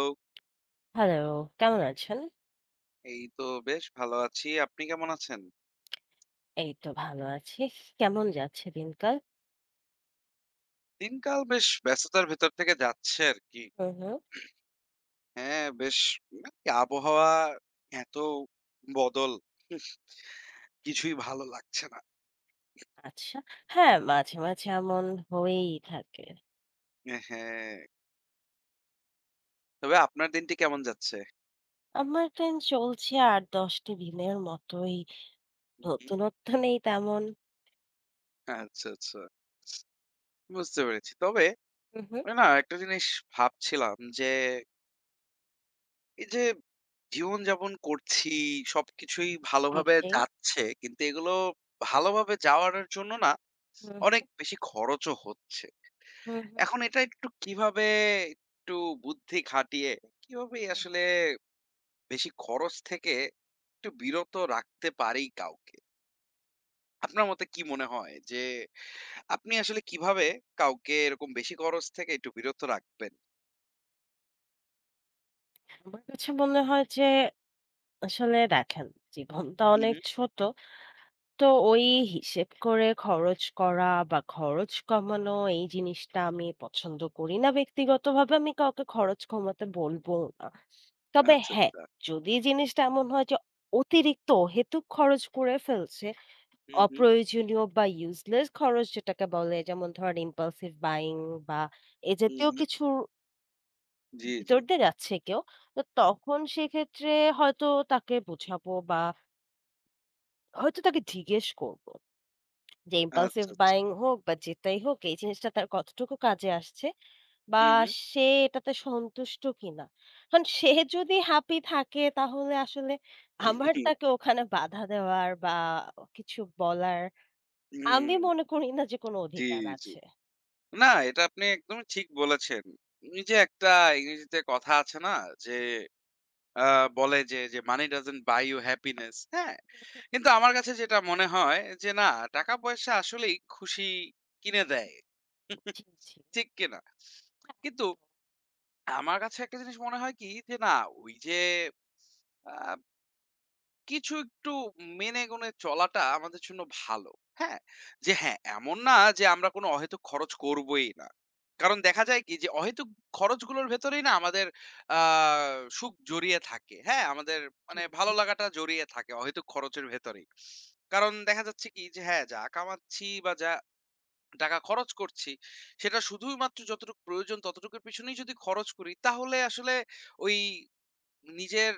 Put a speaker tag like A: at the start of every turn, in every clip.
A: তো
B: হ্যালো, কেমন আছেন?
A: এই তো বেশ ভালো আছি। আপনি কেমন আছেন?
B: এই তো ভালো আছি। কেমন যাচ্ছে দিনকাল?
A: দিনকাল বেশ ব্যস্ততার ভেতর থেকে যাচ্ছে আরকি।
B: হুম, হুম।
A: হ্যাঁ, বেশ মানে কি আবহাওয়া এত বদল কিছুই ভালো লাগছে না।
B: আচ্ছা।
A: হুম,
B: হ্যাঁ,
A: হুম।
B: মাঝে, মাঝে এমন হয়েই থাকে।
A: হ্যাঁ, তবে আপনার দিনটি কেমন যাচ্ছে?
B: আমার দিন চলছে ৮-১০ টি দিনের মতোই।
A: হুম, হুম।
B: নতুনত্ব নেই তেমন।
A: আচ্ছা, আচ্ছা, বুঝতে পেরেছি। তবে
B: হুম, হুম।
A: আমি না একটা জিনিস ভাবছিলাম যে এই যে জীবনযাপন করছি, সবকিছুই
B: জি,
A: ভালোভাবে
B: জি।
A: আচ্ছা। যাচ্ছে। কিন্তু এগুলো ভালোভাবে যাওয়ার জন্য না
B: হুম,
A: অনেক বেশি খরচও হচ্ছে।
B: হুম, হুম।
A: এখন এটা একটু কিভাবে একটু বুদ্ধি খাটিয়ে কিভাবে আসলে বেশি খরচ থেকে একটু বিরত রাখতে পারি কাউকে? আপনার মতে কি মনে হয় যে আপনি আসলে কিভাবে কাউকে এরকম বেশি খরচ থেকে একটু বিরত রাখবেন?
B: আমার কাছে মনে হয় যে আসলে দেখেন জীবনটা
A: হু, হু।
B: অনেক ছোট। তো ওই হিসেব করে খরচ করা বা খরচ কমানো এই জিনিসটা আমি পছন্দ করি না ব্যক্তিগতভাবে। আমি কাউকে খরচ কমাতে বলবও না। তবে
A: আচ্ছা,
B: হ্যাঁ,
A: আচ্ছা।
B: যদি জিনিসটা এমন হয় যে অতিরিক্ত অহেতুক খরচ করে ফেলছে,
A: হু, হু।
B: অপ্রয়োজনীয় বা useless খরচ যেটাকে বলে যেমন ধরেন impulsive buying বা এ
A: হু,
B: জাতীয়
A: হু।
B: কিছুর
A: জি, জি।
B: ভিতর দিয়ে যাচ্ছে কেউ, তো তখন সেক্ষেত্রে হয়তো তাকে বোঝাবো বা হয়তো তাকে জিজ্ঞেস করব। যে
A: আচ্ছা,
B: impulsive
A: আচ্ছা।
B: buying হোক বা যেটাই হোক এই জিনিসটা তার কতটুকু কাজে আসছে বা
A: হু,
B: সে এটাতে সন্তুষ্ট কিনা। কারণ সে যদি হ্যাপি থাকে তাহলে আসলে আমার
A: হু।
B: তাকে ওখানে বাধা দেওয়ার বা কিছু বলার আমি
A: হুম,
B: মনে করি না যে কোনো
A: জি,
B: অধিকার
A: জি।
B: আছে।
A: না, এটা আপনি একদমই ঠিক বলেছেন। এই যে একটা ইংরেজিতে কথা আছে না? যে আ বলে যে, যে "Money doesn't buy you happiness" হ্যাঁ? কিন্তু আমার কাছে যেটা মনে হয় যে না, টাকা-পয়সা আসলেই খুশি কিনে দেয়।
B: জি, জি,
A: ঠিক কিনা? কিন্তু আমার কাছে একটা জিনিস মনে হয় কি? যে না, ওই যে আ কিছু একটু মেনে গুনে চলাটা আমাদের জন্য ভালো। হ্যাঁ? যে হ্যাঁ, এমন না যে আমরা কোনো অহেতুক খরচ করবোই না। কারণ দেখা যায় কি যে অহেতুক খরচগুলোর ভেতরেই না আমাদের আ সুখ জড়িয়ে থাকে। হ্যাঁ? আমাদের
B: জি,
A: মানে
B: জি।
A: ভালো লাগাটা জড়িয়ে থাকে অহেতুক খরচের ভেতরেই। কারণ দেখা যাচ্ছে কি যে হ্যাঁ, যা কামাচ্ছি বা যা টাকা খরচ করছি সেটা শুধুমাত্র যতটুকু প্রয়োজন ততটুকুর পিছনেই যদি খরচ করি তাহলে আসলে ওই নিজের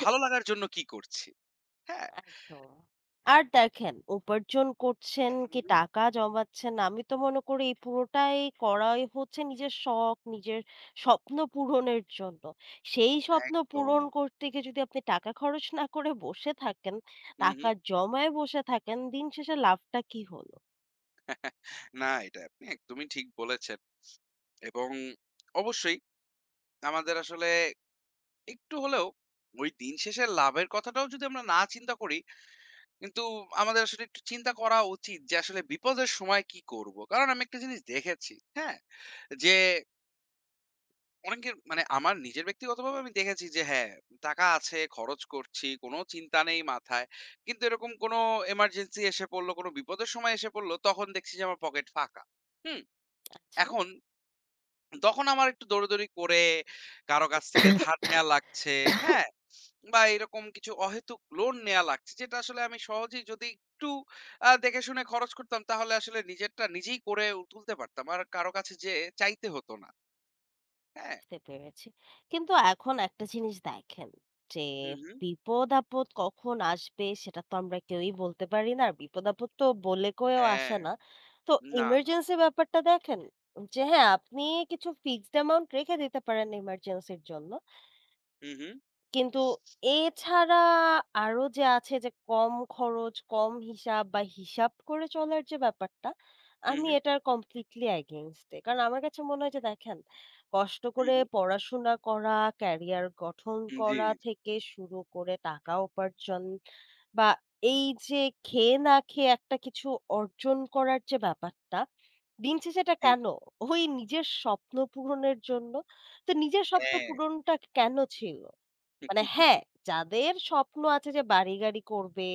A: ভালো লাগার জন্য কি করছি? হ্যাঁ?
B: একদম। আর দেখেন উপার্জন করছেন কি টাকা জমাচ্ছেন আমি তো মনে করি এই পুরোটাই করাই হচ্ছে নিজের শখ নিজের স্বপ্ন পূরণের জন্য। সেই স্বপ্ন
A: একদম।
B: পূরণ করতে গিয়ে যদি আপনি টাকা খরচ না করে বসে থাকেন,
A: হুম,
B: টাকা
A: হুম।
B: জমায় বসে থাকেন, দিন শেষে লাভটা কি হলো?
A: না, এটা আপনি একদমই ঠিক বলেছেন। এবং অবশ্যই আমাদের আসলে একটু হলেও ওই দিন শেষে লাভের কথাটাও যদি আমরা না চিন্তা করি, কিন্তু আমাদের আসলে একটু চিন্তা করা উচিত যে আসলে বিপদের সময় কি করব? কারণ আমি একটা জিনিস দেখেছি, হ্যাঁ? যে অনেকের মানে আমার নিজের ব্যক্তিগতভাবে আমি দেখেছি যে হ্যাঁ, টাকা আছে, খরচ করছি, কোনো চিন্তা নেই মাথায়। কিন্তু এরকম কোনো এমার্জেন্সি এসে পড়ল, কোনো বিপদের সময় এসে পড়ল, তখন দেখছি যে আমার পকেট ফাঁকা। হুম? এখন তখন আমার একটু দৌড়াদৌড়ি করে কারো কাছ থেকে ধার নেয়া লাগছে, হ্যাঁ? বা এরকম কিছু অহেতুক লোন নেয়া লাগছে যেটা আসলে আমি সহজেই যদি একটু দেখে শুনে খরচ করতাম তাহলে আসলে নিজেরটা নিজেই করে তুলতে পারতাম। আর কারো কাছে যেয়ে চাইতে হতো না। হ্যাঁ?
B: বুঝতে পেরেছি। কিন্তু এখন একটা জিনিস দেখেন যে
A: হুম, হুম।
B: বিপদ আপদ কখন আসবে সেটা তো আমরা কেউই বলতে পারি না। আর বিপদ আপদ তো বলে কয়েও
A: হ্যাঁ।
B: আসে না। তো
A: না, না।
B: ইমার্জেন্সি ব্যাপারটা দেখেন যে হ্যাঁ, আপনি কিছু ফিক্সড অ্যামাউন্ট রেখে দিতে পারেন ইমার্জেন্সির জন্য।
A: হু, হু,
B: কিন্তু এছাড়া আরো যে আছে যে কম খরচ, কম হিসাব বা হিসাব করে চলার যে ব্যাপারটা,
A: হু,
B: আমি
A: হু,
B: এটার কমপ্লিটলি এগেইনস্ট এ। কারণ আমার কাছে মনে হয় যে দেখেন, কষ্ট
A: হু,
B: করে
A: হু।
B: পড়াশোনা করা, ক্যারিয়ার গঠন
A: জি,
B: করা থেকে শুরু করে টাকা উপার্জন বা এই যে খেয়ে না খেয়ে একটা কিছু অর্জন করার যে ব্যাপারটা, দিন শেষে এটা
A: জি।
B: কেন? ওই নিজের স্বপ্ন পূরণের জন্য। তো নিজের স্বপ্ন
A: হ্যাঁ।
B: পূরণটা কেন ছিল? মানে হ্যাঁ, যাদের স্বপ্ন আছে যে বাড়ি-গাড়ি করবে,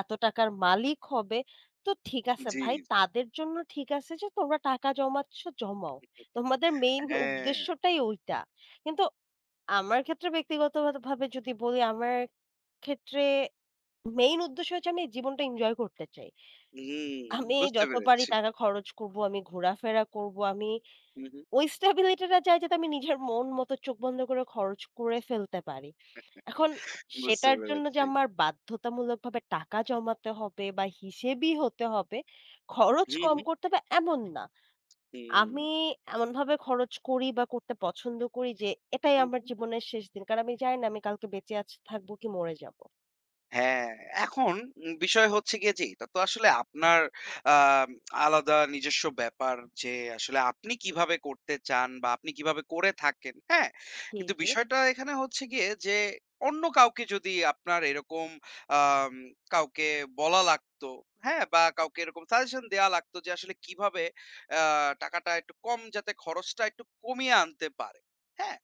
B: এত টাকার মালিক হবে, তো ঠিক আছে
A: জি,
B: ভাই
A: জি।
B: তাদের জন্য ঠিক আছে যে তোমরা টাকা জমাচ্ছ, জমাও। তোমাদের মেইন
A: হ্যাঁ।
B: উদ্দেশ্যটাই ওইটা। কিন্তু আমার ক্ষেত্রে ব্যক্তিগতভাবে যদি বলি, আমার ক্ষেত্রে মেইন উদ্দেশ্য হচ্ছে আমি জীবনটা এনজয় করতে চাই।
A: হুম,
B: আমি
A: বুঝতে
B: যত পারি
A: পেরেছি।
B: টাকা খরচ করব, আমি ঘোরাফেরা করব, আমি
A: হু, হু।
B: ওই স্ট্যাবিলিটিটা চাই যাতে আমি নিজের মন মতো চোখ বন্ধ করে খরচ করে ফেলতে পারি। এখন
A: বুঝতে
B: সেটার জন্য যে
A: পেরেছি।
B: আমার বাধ্যতামূলকভাবে টাকা জমাতে হবে বা হিসেবি হতে হবে, খরচ
A: হু,
B: কম
A: হু।
B: করতে হবে এমন না।
A: হুম।
B: আমি এমনভাবে খরচ করি বা করতে পছন্দ করি যে এটাই
A: হু,
B: আমার
A: হু।
B: জীবনের শেষ দিন। কারণ আমি জানি না আমি কালকে বেঁচে আছি থাকবো কি মরে যাবো।
A: হ্যাঁ, এখন বিষয় হচ্ছে গিয়ে যে এটা তো আসলে আপনার আম আলাদা নিজস্ব ব্যাপার যে আসলে আপনি কিভাবে করতে চান বা আপনি কিভাবে করে থাকেন, হ্যাঁ?
B: জি,
A: কিন্তু
B: জি,
A: বিষয়টা এখানে হচ্ছে গিয়ে যে অন্য কাউকে যদি আপনার এরকম আম কাউকে বলা লাগতো, হ্যাঁ? বা কাউকে এরকম সাজেশন দেয়া লাগতো যে আসলে কিভাবে আ টাকাটা একটু কম যাতে খরচটা একটু কমিয়ে আনতে পারে, হ্যাঁ?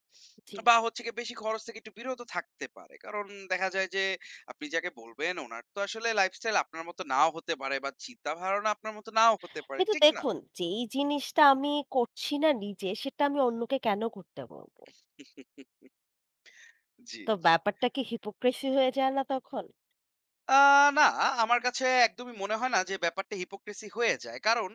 B: জি।
A: বা হচ্ছে গিয়ে বেশি খরচ থেকে একটু বিরত থাকতে পারে। কারণ দেখা যায় যে আপনি যাকে বলবেন ওনার তো আসলে লাইফস্টাইল আপনার মতো নাও হতে পারে বা চিন্তাধারণা আপনার মতো নাও হতে পারে।
B: কিন্তু
A: ঠিক না?
B: দেখুন যেই জিনিসটা আমি করছি না নিজে সেটা আমি অন্যকে কেন করতে বলব?
A: জি,
B: তো
A: জি।
B: ব্যাপারটা কি হিপোক্রেসি হয়ে যায় না তখন?
A: আ না, আমার কাছে একদমই মনে হয় না যে ব্যাপারটা হিপোক্রিসি হয়ে যায়। কারণ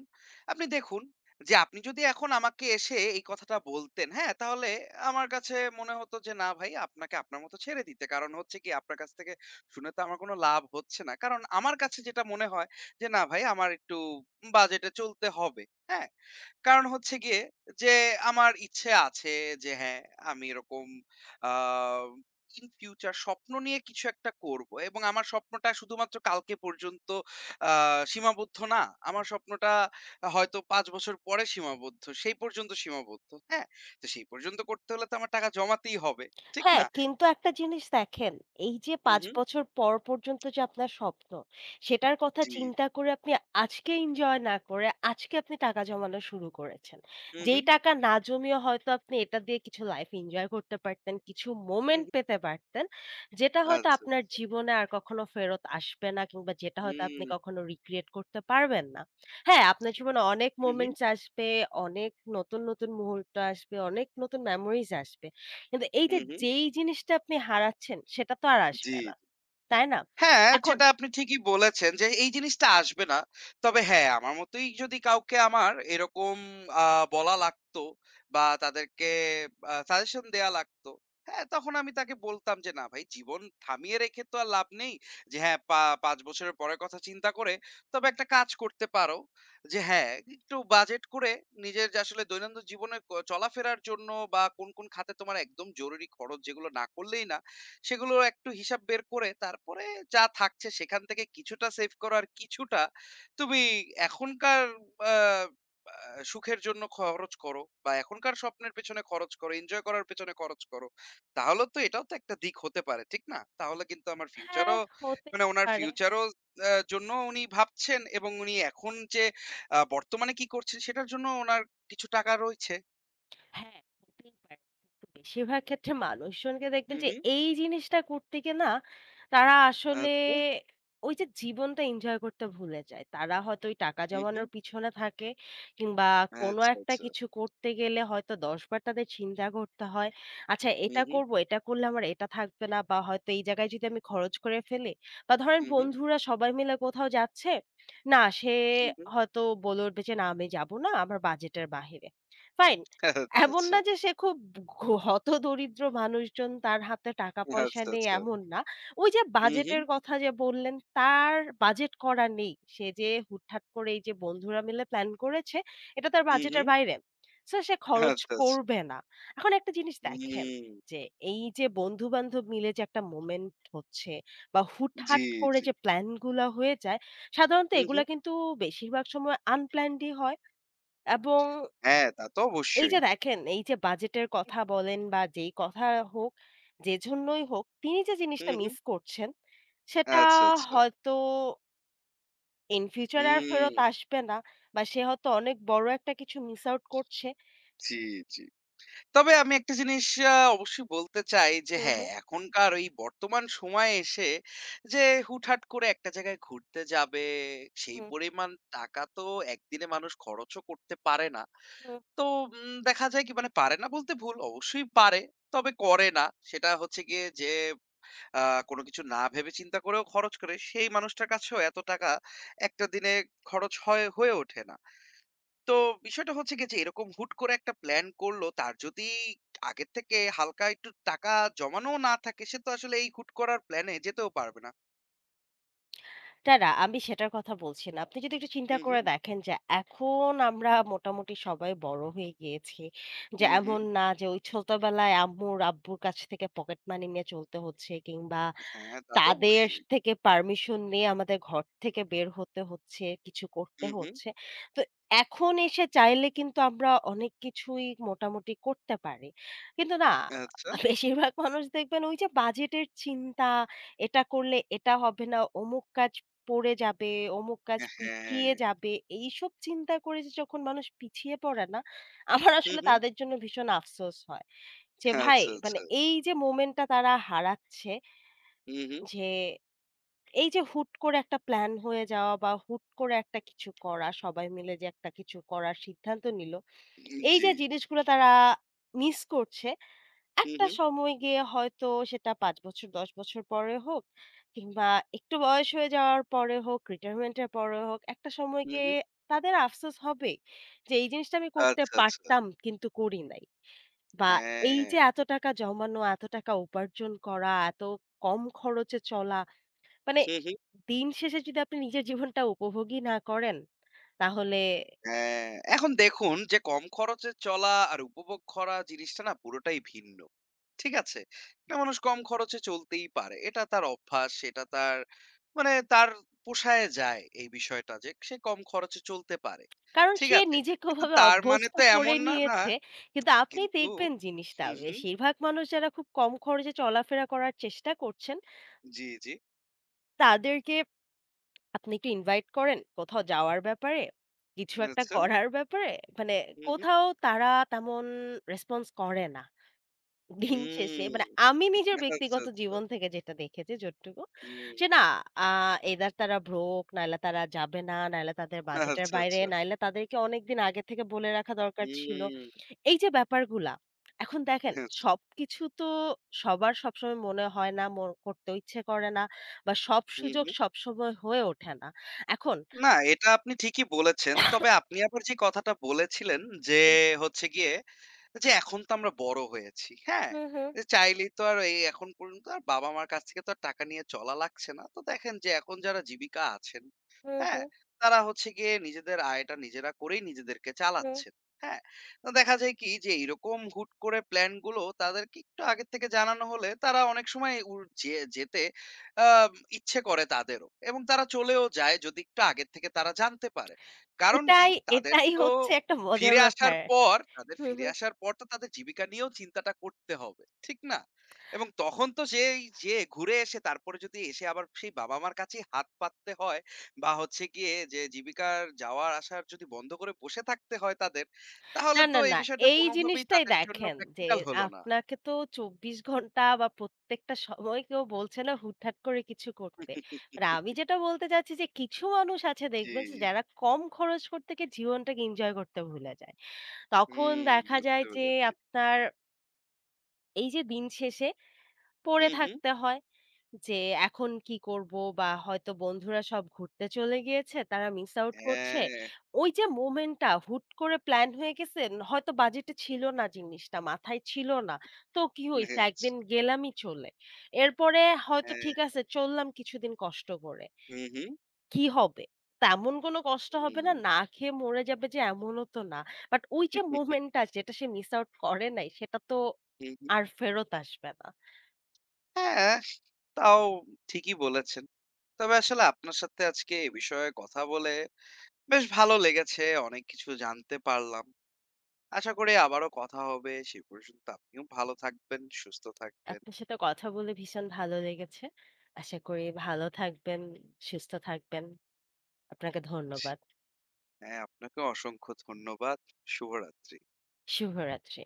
A: আপনি দেখুন যে আপনি যদি এখন আমাকে এসে এই কথাটা বলতেন, হ্যাঁ? তাহলে আমার কাছে মনে হতো যে না ভাই আপনাকে আপনার মতো ছেড়ে দিতে। কারণ হচ্ছে কি আপনার কাছ থেকে শুনে তো আমার কোনো লাভ হচ্ছে না। কারণ আমার কাছে যেটা মনে হয় যে না ভাই আমার একটু বাজেটে চলতে হবে। হ্যাঁ? কারণ হচ্ছে গিয়ে যে আমার ইচ্ছে আছে যে হ্যাঁ, আমি এরকম আ ইন ফিউচার স্বপ্ন নিয়ে কিছু একটা করব। এবং আমার স্বপ্নটা শুধুমাত্র কালকে পর্যন্ত আ সীমাবদ্ধ না। আমার স্বপ্নটা হয়তো ৫ বছর পরে সীমাবদ্ধ। সেই পর্যন্ত সীমাবদ্ধ। হ্যাঁ? তো সেই পর্যন্ত করতে হলে তো আমার টাকা জমাতেই হবে। ঠিক
B: হ্যাঁ,
A: না?
B: কিন্তু একটা জিনিস দেখেন, এই যে
A: হু,
B: ৫
A: হু।
B: বছর পর পর্যন্ত যে আপনার স্বপ্ন, সেটার কথা
A: জি,
B: চিন্তা
A: জি।
B: করে আপনি আজকে এনজয় না করে, আজকে আপনি টাকা জমানো শুরু করেছেন।
A: হু, হু,
B: যেই টাকা না জমিয়ে হয়তো আপনি এটা দিয়ে কিছু লাইফ এনজয় করতে পারতেন, কিছু
A: হু,
B: মোমেন্ট
A: হু।
B: পেতে পারতেন, যেটা হয়তো
A: আচ্ছা।
B: আপনার জীবনে আর কখনো ফেরত আসবে না কিংবা যেটা হয়তো আপনি
A: হুম।
B: কখনো রিক্রিয়েট করতে পারবেন না। হ্যাঁ, আপনার জীবনে অনেক
A: হু, হু,
B: মোমেন্টস আসবে, অনেক নতুন, নতুন মুহূর্ত আসবে, অনেক নতুন মেমোরিজ আসবে। কিন্তু এই
A: হু,
B: যে
A: হু।
B: যেই জিনিসটা আপনি হারাচ্ছেন সেটা তো আর
A: জি।
B: আসবে না। তাই না?
A: হ্যাঁ,
B: এখন
A: যেটা আপনি ঠিকই বলেছেন যে এই জিনিসটা আসবে না। তবে হ্যাঁ, আমার মতোই যদি কাউকে আমার এরকম আ বলা লাগতো বা তাদেরকে সাজেশন দেয়া লাগতো, হ্যাঁ, তখন আমি তাকে বলতাম যে, "না ভাই জীবন থামিয়ে রেখে তো আর লাভ নেই যে হ্যাঁ, ৫ বছরের পরের কথা চিন্তা করে তবে একটা কাজ করতে পারো যে হ্যাঁ, একটু বাজেট করে নিজের যে আসলে দৈনন্দিন জীবনে চলাফেরার জন্য বা কোন, কোন খাতে তোমার একদম জরুরি খরচ যেগুলো না করলেই না সেগুলোর একটু হিসাব বের করে তারপরে যা থাকছে সেখান থেকে কিছুটা সেভ করো আর কিছুটা তুমি এখনকার আ আ সুখের জন্য খরচ করো বা এখনকার স্বপ্নের পেছনে খরচ করো, এনজয় করার পেছনে খরচ করো। তাহলে তো এটাও তো একটা দিক হতে পারে, ঠিক না? তাহলে কিন্তু আমার
B: হ্যাঁ,
A: ফিউচারও
B: হতেই
A: মানে উনার
B: পারে।
A: ফিউচারও জন্য উনি ভাবছেন এবং উনি এখন যে বর্তমানে কি করছেন সেটার জন্য উনার কিছু টাকা রয়েছে।
B: হ্যাঁ, হতেই পারে। কিন্তু বেশিরভাগ ক্ষেত্রে মানুষজনকে
A: হু,
B: দেখবেন যে
A: হু।
B: এই জিনিসটা করতে গিয়ে না তারা আসলে
A: আচ্ছা।
B: ওই যে জীবনটা এনজয় করতে ভুলে যায়। তারা হয়তো ওই টাকা
A: হু, হু।
B: জমানোর পিছনে থাকে কিংবা কোনো
A: আচ্ছা,
B: একটা
A: আচ্ছা।
B: কিছু করতে গেলে হয়তো ১০ বার তাদের চিন্তা করতে হয়। আচ্ছা
A: হু,
B: এটা
A: হু।
B: করব, এটা করলে আমার এটা থাকবে না বা হয়তো এই জায়গায় যদি আমি খরচ করে ফেলি, বা ধরেন
A: হু, হু।
B: বন্ধুরা সবাই মিলে কোথাও যাচ্ছে, না সে
A: হু, হু।
B: হয়তো বলে উঠবে যে, "না আমি যাব না, আমার বাজেটের বাহিরে।" ফাইন।
A: আচ্ছা,
B: এমন
A: আচ্ছা।
B: না যে সে খুব ঘো হতদরিদ্র মানুষজন তার হাতে টাকা-পয়সা
A: আচ্ছা,
B: নেই
A: আচ্ছা।
B: এমন না। ওই যে
A: হু, হু,
B: বাজেটের কথা যে বললেন তার বাজেট করা নেই। সে যে হুটহাট করে এই যে বন্ধুরা মিলে প্ল্যান করেছে এটা তার
A: হু, হু।
B: বাজেটের বাইরে। সো সে খরচ
A: আচ্ছা, আচ্ছা।
B: করবে না। এখন একটা জিনিস দেখেন
A: হুম।
B: যে এই যে বন্ধু-বান্ধব মিলে যে একটা মোমেন্ট হচ্ছে বা
A: জি,
B: হুটহাট করে
A: জি।
B: যে প্লান গুলা হয়ে যায় সাধারণত
A: হু, হু।
B: এগুলা কিন্তু বেশিরভাগ সময় আনপ্ল্যান্ড ই হয় এবং
A: হ্যাঁ, তা তো
B: এই
A: অবশ্যই।
B: যে দেখেন, এই যে বাজেটের কথা বলেন বা যেই কথা হোক, যে জন্যই হোক, তিনি যে
A: হু,
B: জিনিসটা
A: হু।
B: মিস করছেন, সেটা
A: আচ্ছা, আচ্ছা।
B: হয়তো in future আর ফেরত
A: হুম।
B: আসবে না বা সে হয়তো অনেক বড় একটা কিছু মিস আউট করছে।
A: জি, জি। তবে আমি একটা জিনিস অবশ্যই বলতে চাই যে
B: হুম,
A: হ্যাঁ,
B: হুম,
A: এখনকার ওই বর্তমান সময়ে এসে যে হুটহাট করে একটা জায়গায় ঘুরতে যাবে, সেই
B: হুম,
A: পরিমাণ টাকা তো একদিনে মানুষ খরচও করতে পারে না।
B: হুম।
A: তো দেখা যায় কি মানে পারে না বলতে ভুল। অবশ্যই পারে। তবে করে না। সেটা হচ্ছে গিয়ে যে আ কোনো কিছু না ভেবে চিন্তা করেও খরচ করে, সেই মানুষটার কাছেও এত টাকা একটা দিনে খরচ হয়ে ওঠে না। তো বিষয়টা হচ্ছে গিয়ে যে এরকম হুট করে একটা প্ল্যান করলো, তার যদি আগের থেকে হালকা একটু টাকা জমানোও না থাকে, সে তো আসলে এই হুট করার প্ল্যানে যেতেও পারবে না।
B: না, না, আমি সেটার কথা বলছি না। আপনি যদি একটু চিন্তা
A: হু, হু,
B: করে দেখেন যে এখন আমরা মোটামুটি সবাই বড় হয়ে গিয়েছি।
A: হু,
B: যে
A: হু।
B: এমন না যে ওই ছোটবেলায় আম্মুর, আব্বুর কাছ থেকে পকেট মানি নিয়ে চলতে হচ্ছে কিংবা
A: হ্যাঁ, তা তো
B: তাদের
A: অবশ্যই।
B: থেকে পারমিশন নিয়ে আমাদের ঘর থেকে বের হতে হচ্ছে, কিছু করতে
A: হু, হু।
B: হচ্ছে। তো এখন এসে চাইলে কিন্তু আমরা অনেক কিছুই মোটামুটি করতে পারি। কিন্তু না
A: আচ্ছা।
B: বেশিরভাগ মানুষ দেখবেন ওই যে বাজেটের চিন্তা, এটা করলে এটা হবে না, অমুক কাজ পড়ে যাবে, অমুক কাজ পিছিয়ে
A: হ্যাঁ।
B: যাবে। এইসব চিন্তা করে যে যখন মানুষ পিছিয়ে পড়ে না, আমার
A: হু,
B: আসলে
A: হু।
B: তাদের জন্য ভীষণ আফসোস হয়। যে ভাই
A: আচ্ছা,
B: মানে
A: আচ্ছা।
B: এই যে মোমেন্টটা তারা হারাচ্ছে,
A: হু, হু।
B: যে এই যে হুট করে একটা প্ল্যান হয়ে যাওয়া বা হুট করে একটা কিছু করা, সবাই মিলে যে একটা কিছু করার সিদ্ধান্ত নিল।
A: উম
B: এই
A: জি।
B: যে জিনিসগুলো তারা মিস করছে,
A: হুম,
B: একটা
A: হুম।
B: সময় গিয়ে হয়তো সেটা ৫ বছর ১০ বছর পরে হোক কিংবা একটু বয়স হয়ে যাওয়ার পরে হোক, রিটায়ারমেন্ট এর পরে হোক, একটা সময়
A: হুম,
B: গিয়ে
A: হুম।
B: তাদের আফসোস হবে যে, "এই জিনিসটা আমি করতে
A: আচ্ছা, আচ্ছা।
B: পারতাম কিন্তু করি নাই।" বা এই যে
A: হ্যাঁ।
B: এত টাকা জমানো, এত টাকা উপার্জন করা, এত কম খরচে চলা মানে
A: হুম, হুম।
B: দিন শেষে যদি আপনি নিজের জীবনটা উপভোগই না করেন, তাহলে
A: হ্যাঁ, এখন দেখুন যে কম খরচে চলা আর উপভোগ করা জিনিসটা না পুরোটাই ভিন্ন। ঠিক আছে? একটা মানুষ কম খরচে চলতেই পারে। এটা তার অভ্যাস, এটা তার মানে তার পোষায় যায় এই বিষয়টা যে সে কম খরচে চলতে পারে।
B: কারণ
A: ঠিক
B: সে
A: আছে?
B: নিজেকে
A: কিন্তু
B: ওভাবে
A: তার মানে
B: অভ্যস্ত
A: তো
B: করে
A: এমন না, না
B: নিয়েছে। কিন্তু আপনি
A: কিন্তু
B: দেখবেন জিনিসটা
A: হুম, হুম।
B: বেশিরভাগ মানুষ যারা খুব কম খরচে চলাফেরা করার চেষ্টা করছেন,
A: জি, জি।
B: তাদেরকে আপনি একটু ইনভাইট করেন কোথাও যাওয়ার ব্যাপারে, কিছু একটা
A: আচ্ছা।
B: করার ব্যাপারে। মানে
A: হুম, হুম।
B: কোথাও তারা তেমন রেসপন্স করে না। দিন শেষে
A: হুম।
B: মানে আমি নিজের
A: আচ্ছা,
B: ব্যক্তিগত
A: আচ্ছা।
B: জীবন থেকে যেটা দেখেছি যতটুকু,
A: হুম।
B: যে না আ either তারা broke নাইলে তারা যাবে না, নাইলে তাদের বাজেটের
A: আচ্ছা,
B: বাইরে,
A: আচ্ছা।
B: নাইলে তাদেরকে অনেকদিন আগে থেকে বলে রাখা দরকার ছিল।
A: হুম।
B: এই যে ব্যাপারগুলা, এখন দেখেন
A: আচ্ছা।
B: সবকিছু তো সবার সবসময় মনে হয় না, মন করতেও ইচ্ছে করে না বা সব
A: হুম,
B: সুযোগ
A: হুম।
B: সবসময় হয়ে ওঠে না। এখন
A: না, এটা আপনি ঠিকই বলেছেন। তবে আপনি আবার যে কথাটা বলেছিলেন যে
B: হুম,
A: হচ্ছে গিয়ে যে এখন তো আমরা বড় হয়েছি। হ্যাঁ?
B: হুম, হুম,
A: যে চাইলেই তো আর এই এখন পর্যন্ত আর বাবা-মার কাছ থেকে তো আর টাকা নিয়ে চলা লাগছে না। তো দেখেন যে এখন যারা জীবিকা আছেন,
B: হুম,
A: হ্যাঁ?
B: হুম,
A: তারা হচ্ছে গিয়ে নিজেদের আয়টা নিজেরা করেই নিজেদেরকে
B: হুম।
A: চালাচ্ছেন। হ্যাঁ? তো দেখা যায় কি যে এরকম হুট করে প্ল্যান গুলো তাদেরকে একটু আগে থেকে জানানো হলে তারা অনেক সময় যে যেতে আ ইচ্ছে করে তাদেরও। এবং তারা চলেও যায় যদি একটু আগের থেকে তারা জানতে পারে। কারণ কি?
B: এটাই,
A: তাদের
B: এটাই
A: তো
B: হচ্ছে একটা মজার
A: ফিরে আসার
B: ব্যাপার।
A: পর তাদের
B: হুম,
A: ফিরে
B: হুম।
A: আসার পর তো তাদের জীবিকা নিয়েও চিন্তাটা করতে হবে। ঠিক না? এবং তখন তো সেই যে ঘুরে এসে তারপরে যদি এসে আবার সেই বাবা-মার কাছেই হাত পাততে হয় বা হচ্ছে গিয়ে যে জীবিকার যাওয়া আসার যদি বন্ধ করে বসে থাকতে হয় তাদের, তাহলে
B: না,
A: তো
B: না,
A: এই
B: না।
A: বিষয়টা
B: এই
A: কোনভাবেই
B: জিনিসটাই
A: তাদের জন্য
B: দেখেন যে
A: প্র্যাকটিক্যাল হলো না।
B: আপনাকে তো ২৪ ঘন্টা বা প্রত্যেকটা সময় কেউ বলছে না হুটহাট করে কিছু করতে। আর আমি যেটা বলতে চাচ্ছি যে কিছু মানুষ আছে দেখবেন যে
A: জি,
B: যারা কম খরচ করতে গিয়ে জীবনটাকে এনজয় করতে ভুলে যায়। তখন
A: হুম,
B: দেখা
A: বুঝতে
B: যায় যে
A: পেরেছি।
B: আপনার এই যে দিন শেষে পড়ে
A: হুম, হুম।
B: থাকতে হয়। যে এখন কি করব? বা হয়তো বন্ধুরা সব ঘুরতে চলে গিয়েছে, তারা মিস আউট করছে।
A: হ্যাঁ,
B: ওই যে মোমেন্ট টা হুট করে প্লান হয়ে গেছে, হয়তো বাজেটে ছিল না জিনিসটা, মাথায় ছিল না। তো কি হইছে?
A: আচ্ছা,
B: একদিন গেলামই চলে। এরপরে হয়তো
A: হ্যাঁ,
B: ঠিক আছে চললাম কিছুদিন কষ্ট করে।
A: হুম, হুম,
B: কি হবে? তেমন কোনো কষ্ট হবে
A: হুম।
B: না, না খেয়ে মরে যাবে যে এমনও তো না। বাট ওই যে মোমেন্ট টা যেটা সে মিস আউট করে নাই, সেটা তো
A: হুম, হুম।
B: আর ফেরত আসবে না।
A: হ্যাঁ, তাও ঠিকই বলেছেন। তবে আসলে আপনার সাথে আজকে এ বিষয়ে কথা বলে বেশ ভালো লেগেছে। অনেক কিছু জানতে পারলাম। আশা করি আবারও কথা হবে। সে পর্যন্ত আপনিও ভালো থাকবেন, সুস্থ থাকবেন।
B: আপনার সাথে কথা বলে ভীষণ ভালো লেগেছে। আশা করি ভালো থাকবেন, সুস্থ থাকবেন। আপনাকে
A: জি,
B: ধন্যবাদ।
A: হ্যাঁ, আপনাকে অসংখ্য ধন্যবাদ। শুভরাত্রি।
B: শুভরাত্রি।